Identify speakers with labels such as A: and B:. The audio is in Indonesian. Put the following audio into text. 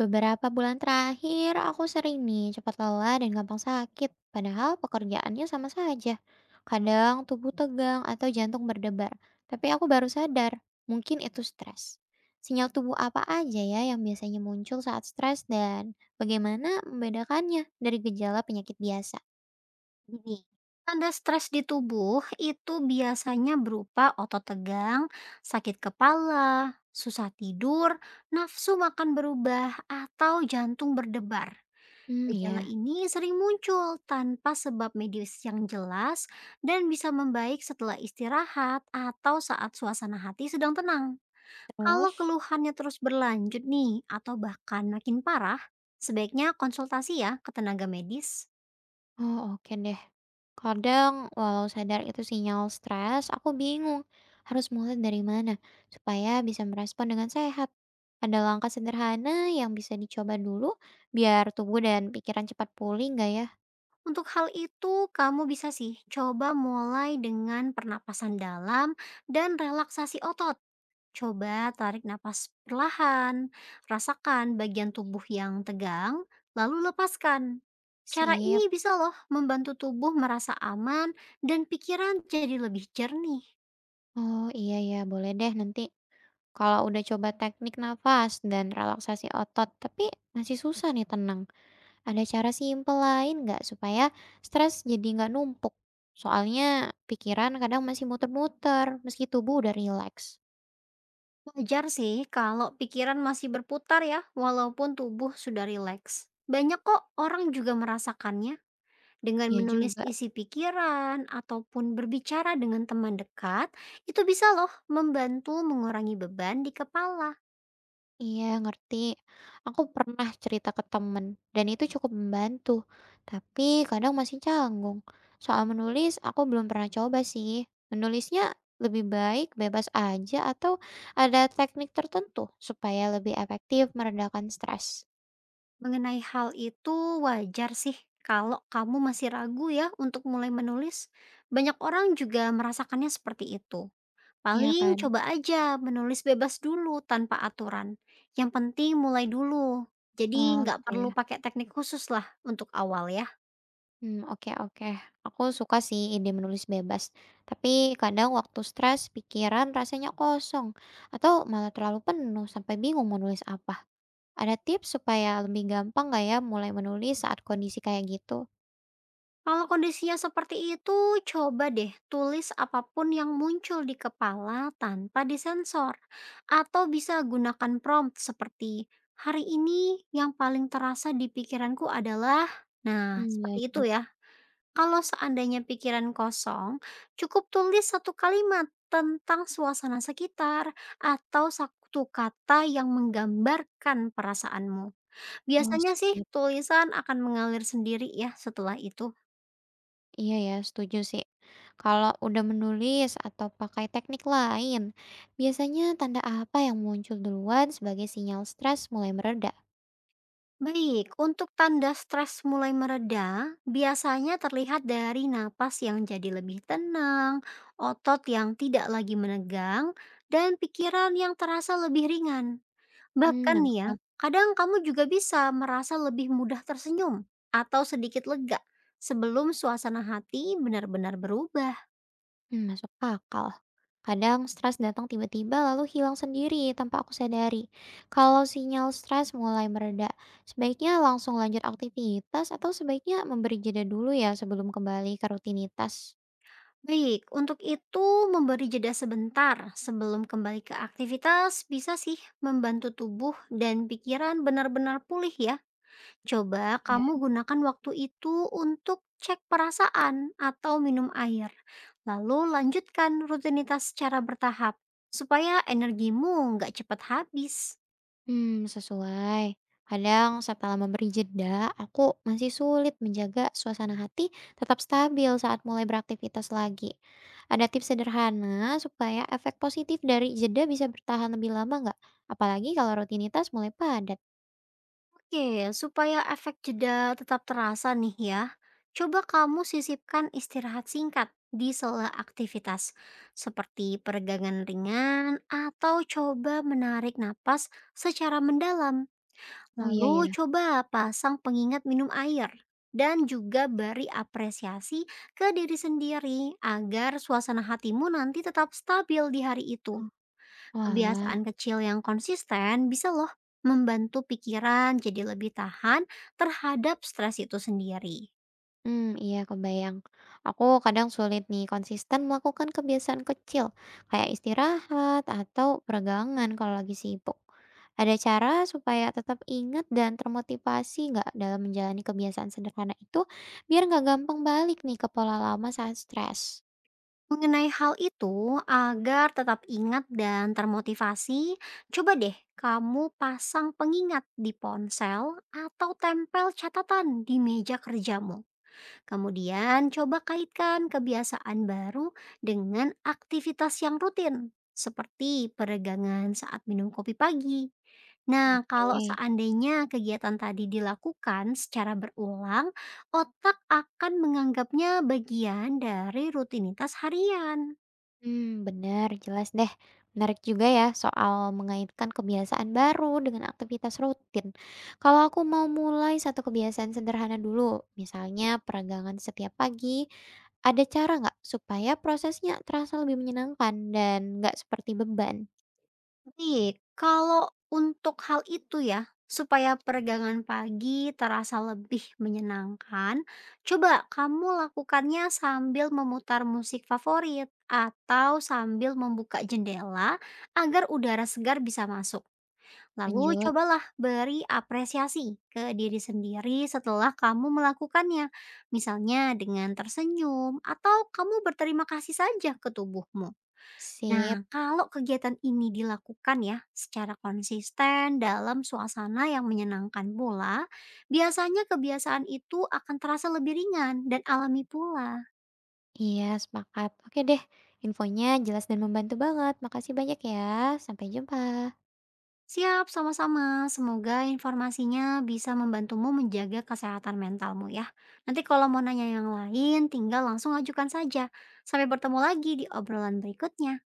A: Beberapa bulan terakhir, aku sering nih cepat lelah dan gampang sakit, padahal pekerjaannya sama saja. Kadang tubuh tegang atau jantung berdebar, tapi aku baru sadar, mungkin itu stres. Sinyal tubuh apa aja ya yang biasanya muncul saat stres dan bagaimana membedakannya dari gejala penyakit biasa?
B: Gini, tanda stres di tubuh itu biasanya berupa otot tegang, sakit kepala, susah tidur, nafsu makan berubah, atau jantung berdebar.
A: Hmm,
B: Gejala
A: ya.
B: ini sering muncul tanpa sebab medis yang jelas dan bisa membaik setelah istirahat atau saat suasana hati sedang tenang. Kalau
A: Terus?
B: keluhannya terus berlanjut nih, atau bahkan makin parah, sebaiknya konsultasi ya ke tenaga medis.
A: Oh, oke deh. Kadang walau sadar itu sinyal stres, aku bingung harus mulai dari mana supaya bisa merespon dengan sehat. Ada langkah sederhana yang bisa dicoba dulu biar tubuh dan pikiran cepat pulih nggak ya?
B: Untuk hal itu, kamu bisa sih coba mulai dengan pernapasan dalam dan relaksasi otot. Coba tarik napas perlahan, rasakan bagian tubuh yang tegang, lalu lepaskan. Cara
A: Sip.
B: ini bisa loh membantu tubuh merasa aman dan pikiran jadi lebih jernih.
A: Oh iya ya, boleh deh nanti. Kalau udah coba teknik nafas dan relaksasi otot, tapi masih susah nih tenang. Ada cara simpel lain nggak supaya stres jadi nggak numpuk? Soalnya pikiran kadang masih muter-muter meski tubuh udah rileks.
B: Wajar sih kalau pikiran masih berputar ya, walaupun tubuh sudah rileks. Banyak kok orang juga merasakannya. Dengan
A: Iya
B: menulis
A: juga.
B: isi pikiran ataupun berbicara dengan teman dekat, itu bisa loh membantu mengurangi beban di kepala.
A: Iya, ngerti. Aku pernah cerita ke temen dan itu cukup membantu. Tapi kadang masih canggung. Soal menulis, aku belum pernah coba sih. Menulisnya lebih baik bebas aja atau ada teknik tertentu supaya lebih efektif meredakan stres.
B: Mengenai hal itu wajar sih kalau kamu masih ragu ya untuk mulai menulis. Banyak orang juga merasakannya seperti itu.
A: Iya
B: Paling
A: kan?
B: coba aja menulis bebas dulu tanpa aturan. Yang penting mulai dulu. Jadi
A: Oh,
B: nggak
A: gitu ya.
B: perlu pakai teknik khusus lah untuk awal ya.
A: Hmm, oke oke. Aku suka sih ide menulis bebas, tapi kadang waktu stres pikiran rasanya kosong atau malah terlalu penuh sampai bingung mau nulis apa. Ada tips supaya lebih gampang nggak ya mulai menulis saat kondisi kayak gitu?
B: Kalau kondisinya seperti itu, coba deh tulis apapun yang muncul di kepala tanpa disensor. Atau bisa gunakan prompt seperti, hari ini yang paling terasa di pikiranku adalah... Nah,
A: Mmm,
B: seperti itu
A: lanjut.
B: ya. Kalau seandainya pikiran kosong, cukup tulis satu kalimat tentang suasana sekitar atau satu kata yang menggambarkan perasaanmu.
A: Oh,
B: Biasanya sih
A: sip.
B: tulisan akan mengalir sendiri ya setelah itu.
A: Iya ya, setuju sih. Kalau udah menulis atau pakai teknik lain, biasanya tanda apa yang muncul duluan sebagai sinyal stres mulai mereda?
B: Baik, untuk tanda stres mulai mereda, biasanya terlihat dari napas yang jadi lebih tenang, otot yang tidak lagi menegang, dan pikiran yang terasa lebih ringan.
A: Hmm,
B: Bahkan nih ya,
A: nangkap.
B: kadang kamu juga bisa merasa lebih mudah tersenyum atau sedikit lega sebelum suasana hati benar-benar berubah.
A: Hmm, masuk akal. Kadang stres datang tiba-tiba lalu hilang sendiri tanpa aku sadari. Kalau sinyal stres mulai mereda, sebaiknya langsung lanjut aktivitas atau sebaiknya memberi jeda dulu ya sebelum kembali ke rutinitas.
B: Baik, untuk itu memberi jeda sebentar sebelum kembali ke aktivitas bisa sih membantu tubuh dan pikiran benar-benar pulih ya. Coba kamu gunakan waktu itu untuk cek perasaan atau minum air. Lalu lanjutkan rutinitas secara bertahap supaya energimu nggak cepat habis.
A: Hmm, sesuai. Kadang setelah memberi jeda, aku masih sulit menjaga suasana hati tetap stabil saat mulai beraktivitas lagi. Ada tips sederhana supaya efek positif dari jeda bisa bertahan lebih lama nggak? Apalagi kalau rutinitas mulai padat.
B: Oke, supaya efek jeda tetap terasa nih ya. Coba kamu sisipkan istirahat singkat di sela aktivitas seperti peregangan ringan atau coba menarik napas secara mendalam.
A: Oh iya
B: Lalu
A: ya?
B: coba pasang pengingat minum air dan juga beri apresiasi ke diri sendiri agar suasana hatimu nanti tetap stabil di hari itu.
A: Oh, oalah.
B: Kebiasaan kecil yang konsisten bisa loh membantu pikiran jadi lebih tahan terhadap stres itu sendiri.
A: Hmm, iya kebayang. Aku kadang sulit nih konsisten melakukan kebiasaan kecil, kayak istirahat atau peregangan kalau lagi sibuk. Ada cara supaya tetap ingat dan termotivasi nggak dalam menjalani kebiasaan sederhana itu, biar nggak gampang balik nih ke pola lama saat stres?
B: Mengenai hal itu, agar tetap ingat dan termotivasi, coba deh kamu pasang pengingat di ponsel atau tempel catatan di meja kerjamu. Kemudian coba kaitkan kebiasaan baru dengan aktivitas yang rutin, seperti peregangan saat minum kopi pagi. Nah,
A: Oke.
B: kalau seandainya kegiatan tadi dilakukan secara berulang, otak akan menganggapnya bagian dari rutinitas harian.
A: Hmm, benar, jelas deh. Menarik juga ya soal mengaitkan kebiasaan baru dengan aktivitas rutin. Kalau aku mau mulai satu kebiasaan sederhana dulu, misalnya peregangan setiap pagi, ada cara nggak supaya prosesnya terasa lebih menyenangkan dan nggak seperti beban?
B: Nih, kalau untuk hal itu ya, supaya peregangan pagi terasa lebih menyenangkan, coba kamu lakukannya sambil memutar musik favorit atau sambil membuka jendela agar udara segar bisa masuk. Lalu
A: Lanjut.
B: cobalah beri apresiasi ke diri sendiri setelah kamu melakukannya. Misalnya dengan tersenyum atau kamu berterima kasih saja ke tubuhmu.
A: Sip.
B: Nah, kalau kegiatan ini dilakukan ya secara konsisten dalam suasana yang menyenangkan pula, biasanya kebiasaan itu akan terasa lebih ringan dan alami pula.
A: Iya, sepakat. Oke deh, infonya jelas dan membantu banget. Makasih banyak ya. Sampai jumpa.
B: Siap, sama-sama. Semoga informasinya bisa membantumu menjaga kesehatan mentalmu ya. Nanti kalau mau nanya yang lain, tinggal langsung ajukan saja. Sampai bertemu lagi di obrolan berikutnya.